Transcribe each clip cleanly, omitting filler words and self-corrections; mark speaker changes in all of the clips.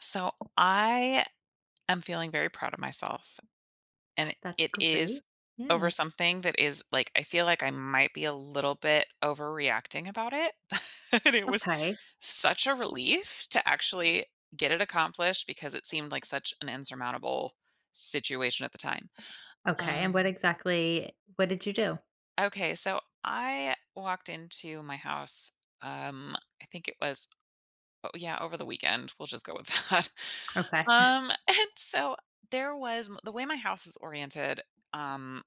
Speaker 1: So I am feeling very proud of myself. And
Speaker 2: That's
Speaker 1: it is
Speaker 2: great.
Speaker 1: over
Speaker 2: Yeah.
Speaker 1: something that is like, I feel like I might be a little bit overreacting about it. But it was
Speaker 2: Okay.
Speaker 1: such a relief to actually get it accomplished because it seemed like such an insurmountable situation at the time.
Speaker 2: Okay, and what
Speaker 1: Um,
Speaker 2: exactly what did you do?
Speaker 1: okay. So I walked into my house. I think it was... Oh, yeah, over the weekend, we'll just go with that.
Speaker 2: Okay.
Speaker 1: And so there was... the way my house is oriented, um,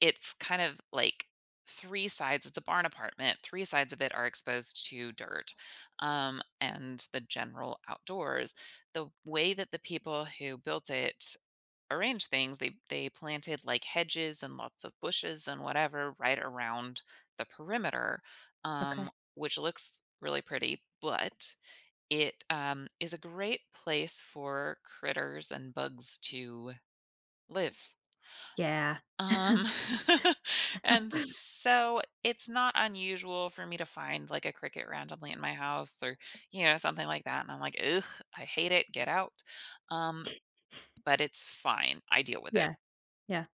Speaker 1: it's kind of like three sides, it's a barn apartment, three sides of it are exposed to dirt, and the general outdoors. The way that the people who built it arrange things, they planted like hedges and lots of bushes and whatever right around the perimeter, um,
Speaker 2: Okay.
Speaker 1: which looks really pretty. But it is a great place for critters and bugs to live.
Speaker 2: Yeah.
Speaker 1: Um, and so it's not unusual for me to find like a cricket randomly in my house or, you know, something like that. And I'm like, ugh, I hate it. Get out. Um, but it's fine. I deal with it.
Speaker 2: Yeah. Yeah.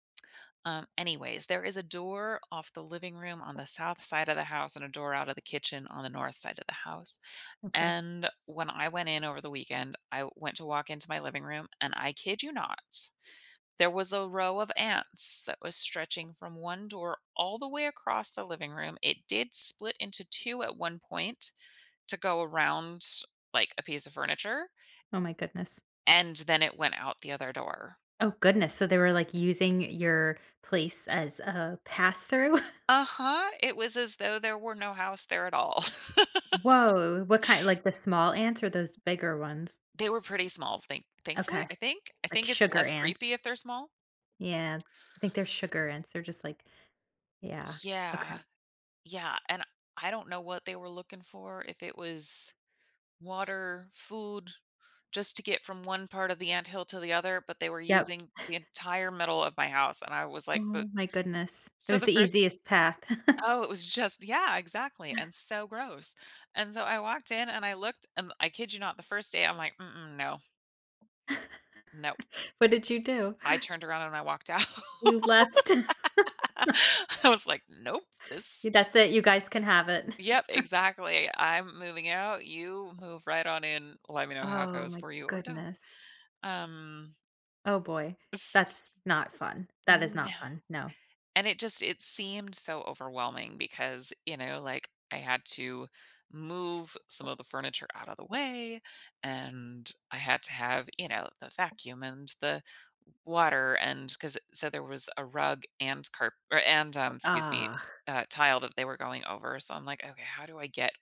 Speaker 1: Anyways, there is a door off the living room on the south side of the house and a door out of the kitchen on the north side of the house.
Speaker 2: Okay.
Speaker 1: And when I went in over the weekend, I went to walk into my living room, and I kid you not, there was a row of ants that was stretching from one door all the way across the living room. It did split into two at one point to go around like a piece of furniture,
Speaker 2: Oh my goodness.
Speaker 1: and then it went out the other door.
Speaker 2: Oh goodness, so they were, like, using your place as a pass through?
Speaker 1: Uh huh. It was as though there were no house there at all.
Speaker 2: Whoa. What kind like the small ants or those bigger ones?
Speaker 1: They were pretty small, thankfully,
Speaker 2: Okay.
Speaker 1: I think. I
Speaker 2: Like
Speaker 1: think it's
Speaker 2: sugar
Speaker 1: less
Speaker 2: ants.
Speaker 1: creepy if they're small.
Speaker 2: Yeah. I think they're sugar ants. They're just like yeah.
Speaker 1: Yeah,
Speaker 2: Okay.
Speaker 1: yeah, and I don't know what they were looking for, if it was water, food, just to get from one part of the anthill to the other, but they were
Speaker 2: Yep.
Speaker 1: using the entire middle of my house, and I was like, "The—"
Speaker 2: Oh my goodness. It
Speaker 1: so
Speaker 2: was
Speaker 1: the
Speaker 2: the
Speaker 1: first
Speaker 2: easiest path.
Speaker 1: Oh, it was just, yeah, exactly, and so gross, and so I walked in and I looked, and I kid you not, the first day, I'm like, "Mm-mm, no, nope."
Speaker 2: What did you do?
Speaker 1: I turned around and I walked out.
Speaker 2: You left.
Speaker 1: I was like, "Nope, this—"
Speaker 2: That's it, you guys can have it.
Speaker 1: Yep, exactly. I'm moving out, you move right on in, let me know how it
Speaker 2: Oh
Speaker 1: goes
Speaker 2: my
Speaker 1: for you or don't.
Speaker 2: goodness.
Speaker 1: Um,
Speaker 2: Oh boy,
Speaker 1: s
Speaker 2: that's not fun. That is
Speaker 1: No.
Speaker 2: not fun, no.
Speaker 1: And it just, it seemed so overwhelming because, you know, like, I had to move some of the furniture out of the way, and I had to have, you know, the vacuum and the water, and because, so there was a rug and carp or and, excuse me,
Speaker 2: Ah.
Speaker 1: tile that they were going over, so I'm like, "Okay, how do I get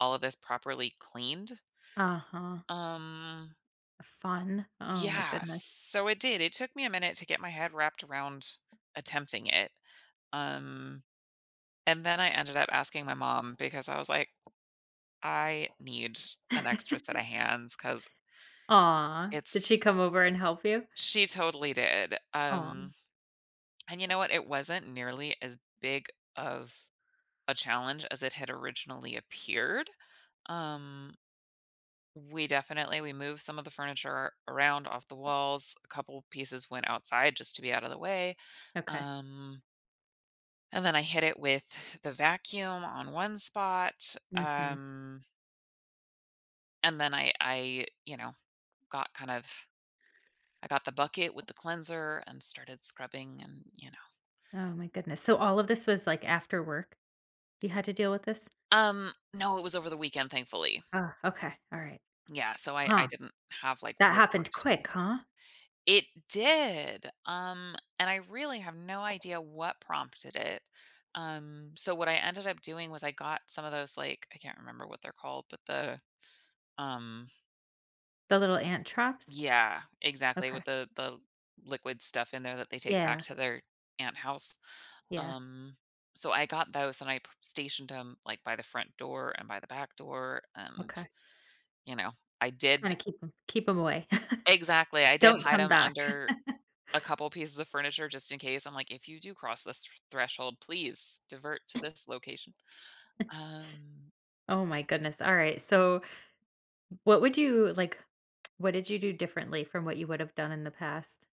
Speaker 1: all of this properly cleaned?"
Speaker 2: Uh-huh.
Speaker 1: Um,
Speaker 2: Fun. Oh my
Speaker 1: yeah,
Speaker 2: goodness.
Speaker 1: so it did. It took me a minute to get my head wrapped around attempting it. Um, and then I ended up asking my mom because I was like, I need an extra set of hands because
Speaker 2: Aw, did
Speaker 1: it's...
Speaker 2: she come over and help you?
Speaker 1: she totally did.
Speaker 2: Aw,
Speaker 1: And you know what? It wasn't nearly as big of a challenge as it had originally appeared. Um, We definitely we moved some of the furniture around off the walls. A couple pieces went outside just to be out of the way.
Speaker 2: okay.
Speaker 1: Um, and then I hit it with the vacuum on one spot.
Speaker 2: Mhm.
Speaker 1: And then I, you know, got kind of... I got the bucket with the cleanser and started scrubbing, and, you know.
Speaker 2: Oh my goodness. So all of this was, like, after work? You had to deal with this?
Speaker 1: No, it was over the weekend, thankfully.
Speaker 2: Oh, okay, alright.
Speaker 1: Yeah, so I
Speaker 2: Huh,
Speaker 1: didn't have like
Speaker 2: that
Speaker 1: work work
Speaker 2: happened
Speaker 1: to do.
Speaker 2: quick, huh?
Speaker 1: It did, and I really have no idea what prompted it. So what I ended up doing was I got some of those, like, I can't remember what they're called, but the, um
Speaker 2: The little ant traps?
Speaker 1: yeah, exactly,
Speaker 2: Okay.
Speaker 1: with the liquid stuff in there that they take back
Speaker 2: Yeah,
Speaker 1: to their aunt house.
Speaker 2: yeah,
Speaker 1: Um, so I got those and I p stationed them like, by the front door and by the back door, and,
Speaker 2: okay.
Speaker 1: you know, I did...
Speaker 2: Kinda keep them. Keep them away.
Speaker 1: exactly, I did
Speaker 2: Don't
Speaker 1: hide
Speaker 2: come
Speaker 1: them
Speaker 2: back.
Speaker 1: under a couple pieces of furniture just in case. I'm like, "If you do cross this threshold, please divert to this location." Um,
Speaker 2: Oh my goodness. All right. So what would you like what did you do differently from what you would have done in the past?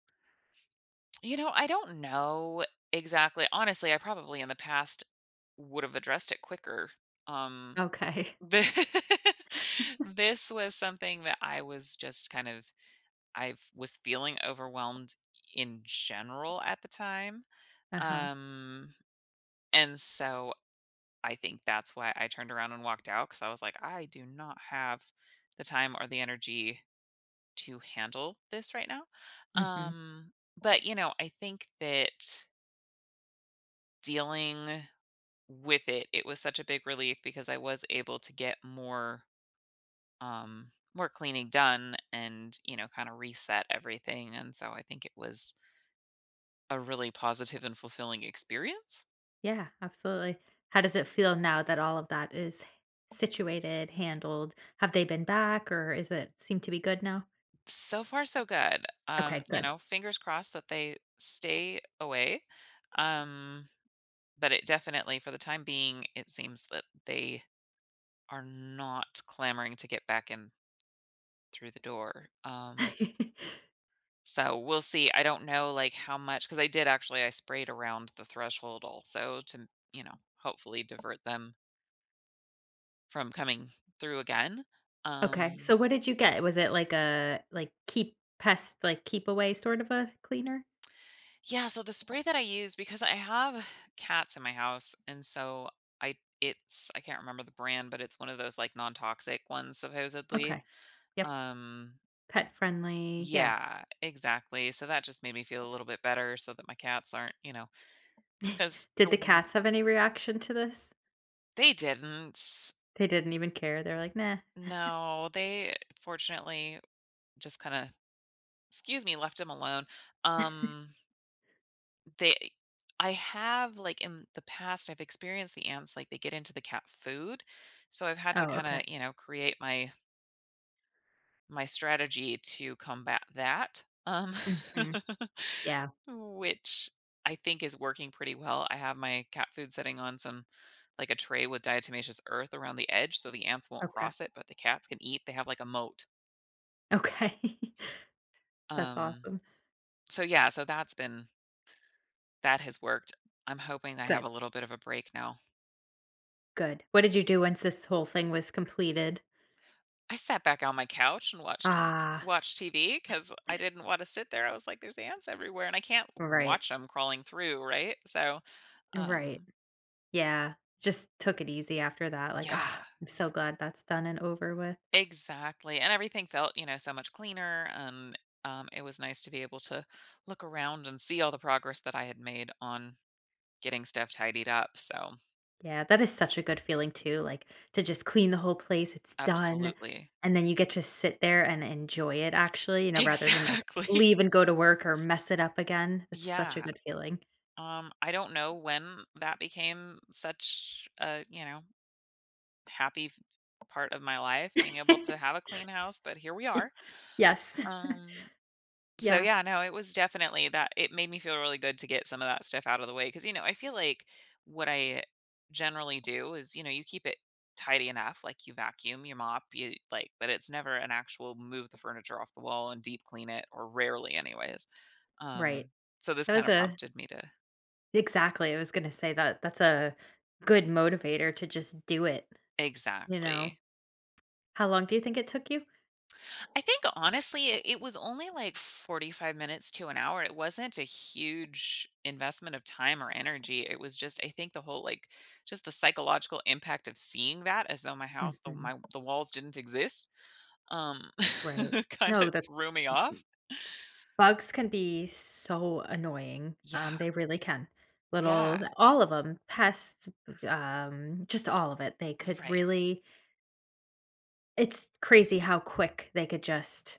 Speaker 1: you know, I don't know exactly. Honestly, I probably in the past would have addressed it quicker. Um,
Speaker 2: Okay.
Speaker 1: the This was something that I was just kind of... I was feeling overwhelmed in general at the time.
Speaker 2: Uh-huh.
Speaker 1: Um, and so I think that's why I turned around and walked out, because I was like, I do not have the time or the energy to handle this right now.
Speaker 2: Mhm.
Speaker 1: Um, but you know, I think that dealing with it, it was such a big relief because I was able to get more more cleaning done and, you know, kind of reset everything. And so I think it was a really positive and fulfilling experience.
Speaker 2: Yeah, absolutely. How does it feel now that all of that is situated, handled? Have they been back or is it seem to be good now?
Speaker 1: So far so good.
Speaker 2: Okay,
Speaker 1: You
Speaker 2: good.
Speaker 1: know, fingers crossed that they stay away. Um, but it definitely, for the time being, it seems that they are not clamoring to get back in through the door. So we'll see. I don't know like how much, cuz I did, actually, I sprayed around the threshold also to, you know, hopefully divert them from coming through again.
Speaker 2: Okay. So
Speaker 1: Um
Speaker 2: what did you get? Was it like a keep pest like keep away sort of a cleaner?
Speaker 1: Yeah, so the spray that I use, because I have cats in my house and so I I can't remember the brand, but it's one of those like non-toxic ones, supposedly.
Speaker 2: Okay. Yep.
Speaker 1: Um
Speaker 2: Pet friendly. Yeah.
Speaker 1: yeah, exactly. So that just made me feel a little bit better so that my cats aren't, you know, cuz the
Speaker 2: Did the cats have any reaction to this?
Speaker 1: they didn't.
Speaker 2: They didn't even care, they are like, "Nah."
Speaker 1: No, they fortunately just kind of... excuse me, left them alone. Um They I have, like, in the past, I've experienced the ants, like, they get into the cat food, so I've had to
Speaker 2: Oh, okay.
Speaker 1: kinda, you know, create my strategy to combat that,
Speaker 2: Mhm. Yeah,
Speaker 1: which I think is working pretty well. I have my cat food sitting on some... like, a tray with diatomaceous earth around the edge so the ants won't
Speaker 2: okay.
Speaker 1: cross it, but the cats can eat. They have, like, a moat.
Speaker 2: Okay. That's
Speaker 1: Um,
Speaker 2: awesome.
Speaker 1: so yeah, so that has worked. I'm hoping I have
Speaker 2: Good,
Speaker 1: a little bit of a break now.
Speaker 2: good. What did you do once this whole thing was completed?
Speaker 1: I sat back on my couch and watched
Speaker 2: Ah,
Speaker 1: watched TV because I didn't wanna sit there. I was like, "There's ants everywhere, and I can't watch
Speaker 2: right,
Speaker 1: watch them crawling through," right? So,
Speaker 2: right.
Speaker 1: um
Speaker 2: Yeah, just took it easy after that, like,
Speaker 1: yeah,
Speaker 2: "Ah, I'm so glad that's done and over with."
Speaker 1: exactly, and everything felt, you know, so much cleaner, and, it was nice to be able to look around and see all the progress that I had made on getting stuff tidied up, so...
Speaker 2: Yeah, that is such a good feeling too, like, to just clean the whole place, it's done,
Speaker 1: Absolutely.
Speaker 2: and then you get to sit there and enjoy it actually, rather than, like,
Speaker 1: Exactly.
Speaker 2: leave and go to work or mess it up again. That's such a
Speaker 1: Yeah,
Speaker 2: good feeling.
Speaker 1: I don't know when that became such a, you know happy f part of my life, being able to have a clean house, but here we are.
Speaker 2: Yes.
Speaker 1: Um, so
Speaker 2: Yeah,
Speaker 1: yeah, no, it was definitely that it made me feel really good to get some of that stuff out of the way. Because, you know, I feel like what I generally do is, you know, you keep it tidy enough, like you vacuum, you mop, you like, but it's never an actual move the furniture off the wall and deep clean it, or rarely anyways.
Speaker 2: right.
Speaker 1: Um, so this
Speaker 2: That
Speaker 1: kind
Speaker 2: was
Speaker 1: of
Speaker 2: a
Speaker 1: prompted me to...
Speaker 2: exactly, I was gonna say that that's a good motivator to just do it, you know?
Speaker 1: exactly.
Speaker 2: How long do you think it took you?
Speaker 1: I think honestly, it was only like 45 minutes to an hour. It wasn't a huge investment of time or energy. It was just, I think the whole like just the psychological impact of seeing that as though my house, the
Speaker 2: Mhm,
Speaker 1: my the walls didn't exist, um
Speaker 2: right.
Speaker 1: kind of
Speaker 2: No, that
Speaker 1: threw me off.
Speaker 2: Bugs can be so annoying.
Speaker 1: Yeah.
Speaker 2: They really can. Little
Speaker 1: Yeah.
Speaker 2: all of them, pests, just all of it. They could
Speaker 1: Right.
Speaker 2: really It's crazy how quick they could just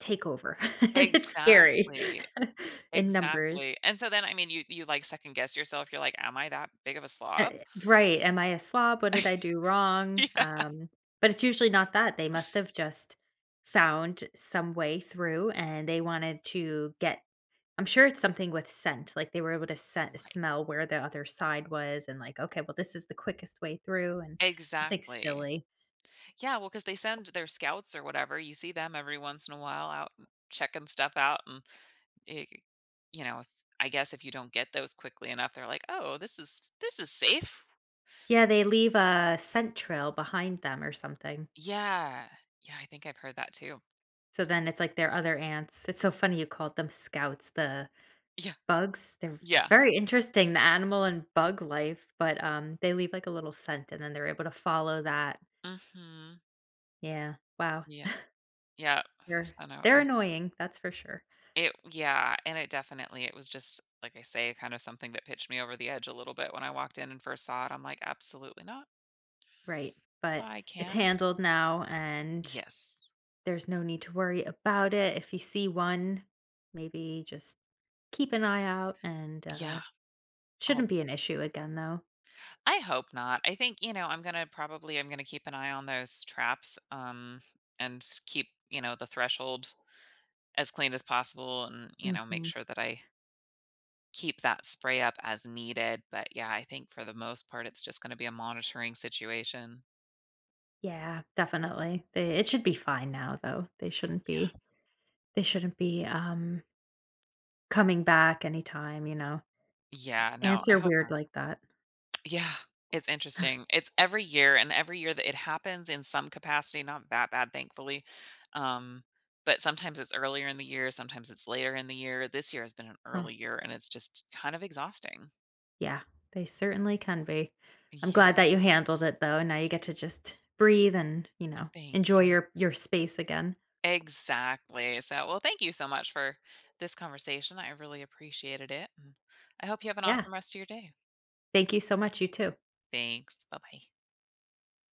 Speaker 2: take over. It's scary
Speaker 1: Exactly.
Speaker 2: in numbers.
Speaker 1: Exactly. And so then, I mean, you like second guess yourself. You're like, am I that big of a
Speaker 2: Uh,
Speaker 1: slob?
Speaker 2: right, "Am I a slob? What did I do wrong?"
Speaker 1: Yeah.
Speaker 2: But it's usually not that. They must have just Found some way through, and they wanted to get I'm sure it's something with scent, like, they were able to scent
Speaker 1: Right.
Speaker 2: smell where the other side was and, like, "Okay, well, this is the quickest way through," and something
Speaker 1: Exactly.
Speaker 2: silly.
Speaker 1: Yeah, well, because they send their scouts or whatever. You see them every once in a while out and checking stuff out, and it you know, if... I guess if you don't get those quickly enough, they're like, "Oh, this is safe."
Speaker 2: Yeah, they leave a scent trail behind them or something.
Speaker 1: Yeah. Yeah, I think I've heard that too.
Speaker 2: So then it's like their other ants it's so funny you called them scouts, the
Speaker 1: Yeah.
Speaker 2: bugs, they're it's
Speaker 1: Yeah.
Speaker 2: very interesting, the animal and bug life, but, they leave, like, a little scent, and then they're able to follow that.
Speaker 1: Mhm.
Speaker 2: Yeah, wow.
Speaker 1: Yeah. Yeah.
Speaker 2: They're
Speaker 1: So, no, it
Speaker 2: they're
Speaker 1: was...
Speaker 2: annoying, that's for sure.
Speaker 1: it, yeah, and it definitely, it was just, like I say, kind of something that pitched me over the edge a little bit when I walked in and first saw it. I'm like, "Absolutely not.
Speaker 2: Right, but
Speaker 1: I
Speaker 2: it's
Speaker 1: can't."
Speaker 2: handled now, and
Speaker 1: Yes.
Speaker 2: There's no need to worry about it. If you see one, maybe just keep an eye out and
Speaker 1: Yeah. All
Speaker 2: shouldn't be an issue again though.
Speaker 1: I hope not. I think, you know, I'm going to probably... I'm going to keep an eye on those traps and keep, you know, the threshold as clean as possible and, you know, make
Speaker 2: Mhm.
Speaker 1: sure that I keep that spray up as needed, but yeah, I think for the most part it's just going to be a monitoring situation.
Speaker 2: Yeah, definitely. They, it should be fine now though.
Speaker 1: Yeah.
Speaker 2: They shouldn't be coming back anytime, you know.
Speaker 1: Yeah, no,
Speaker 2: Ants
Speaker 1: I
Speaker 2: are
Speaker 1: hope
Speaker 2: weird
Speaker 1: not.
Speaker 2: like that.
Speaker 1: Yeah, it's interesting. It's every year, and every year that it happens in some capacity, not that bad, thankfully. Um, but sometimes it's earlier in the year, sometimes it's later in the year. This year has been an
Speaker 2: Huh.
Speaker 1: early year, and it's just kind of exhausting.
Speaker 2: Yeah, they certainly can be. I'm glad
Speaker 1: Yeah,
Speaker 2: that you handled it though and now you get to just breathe and, you know,
Speaker 1: thank
Speaker 2: enjoy
Speaker 1: you.
Speaker 2: your space again.
Speaker 1: Exactly. So, well, thank you so much for this conversation. I really appreciated it. And I hope you have an
Speaker 2: Yeah.
Speaker 1: awesome rest of your day.
Speaker 2: Thank you so much you too.
Speaker 1: Thanks. Bye bye.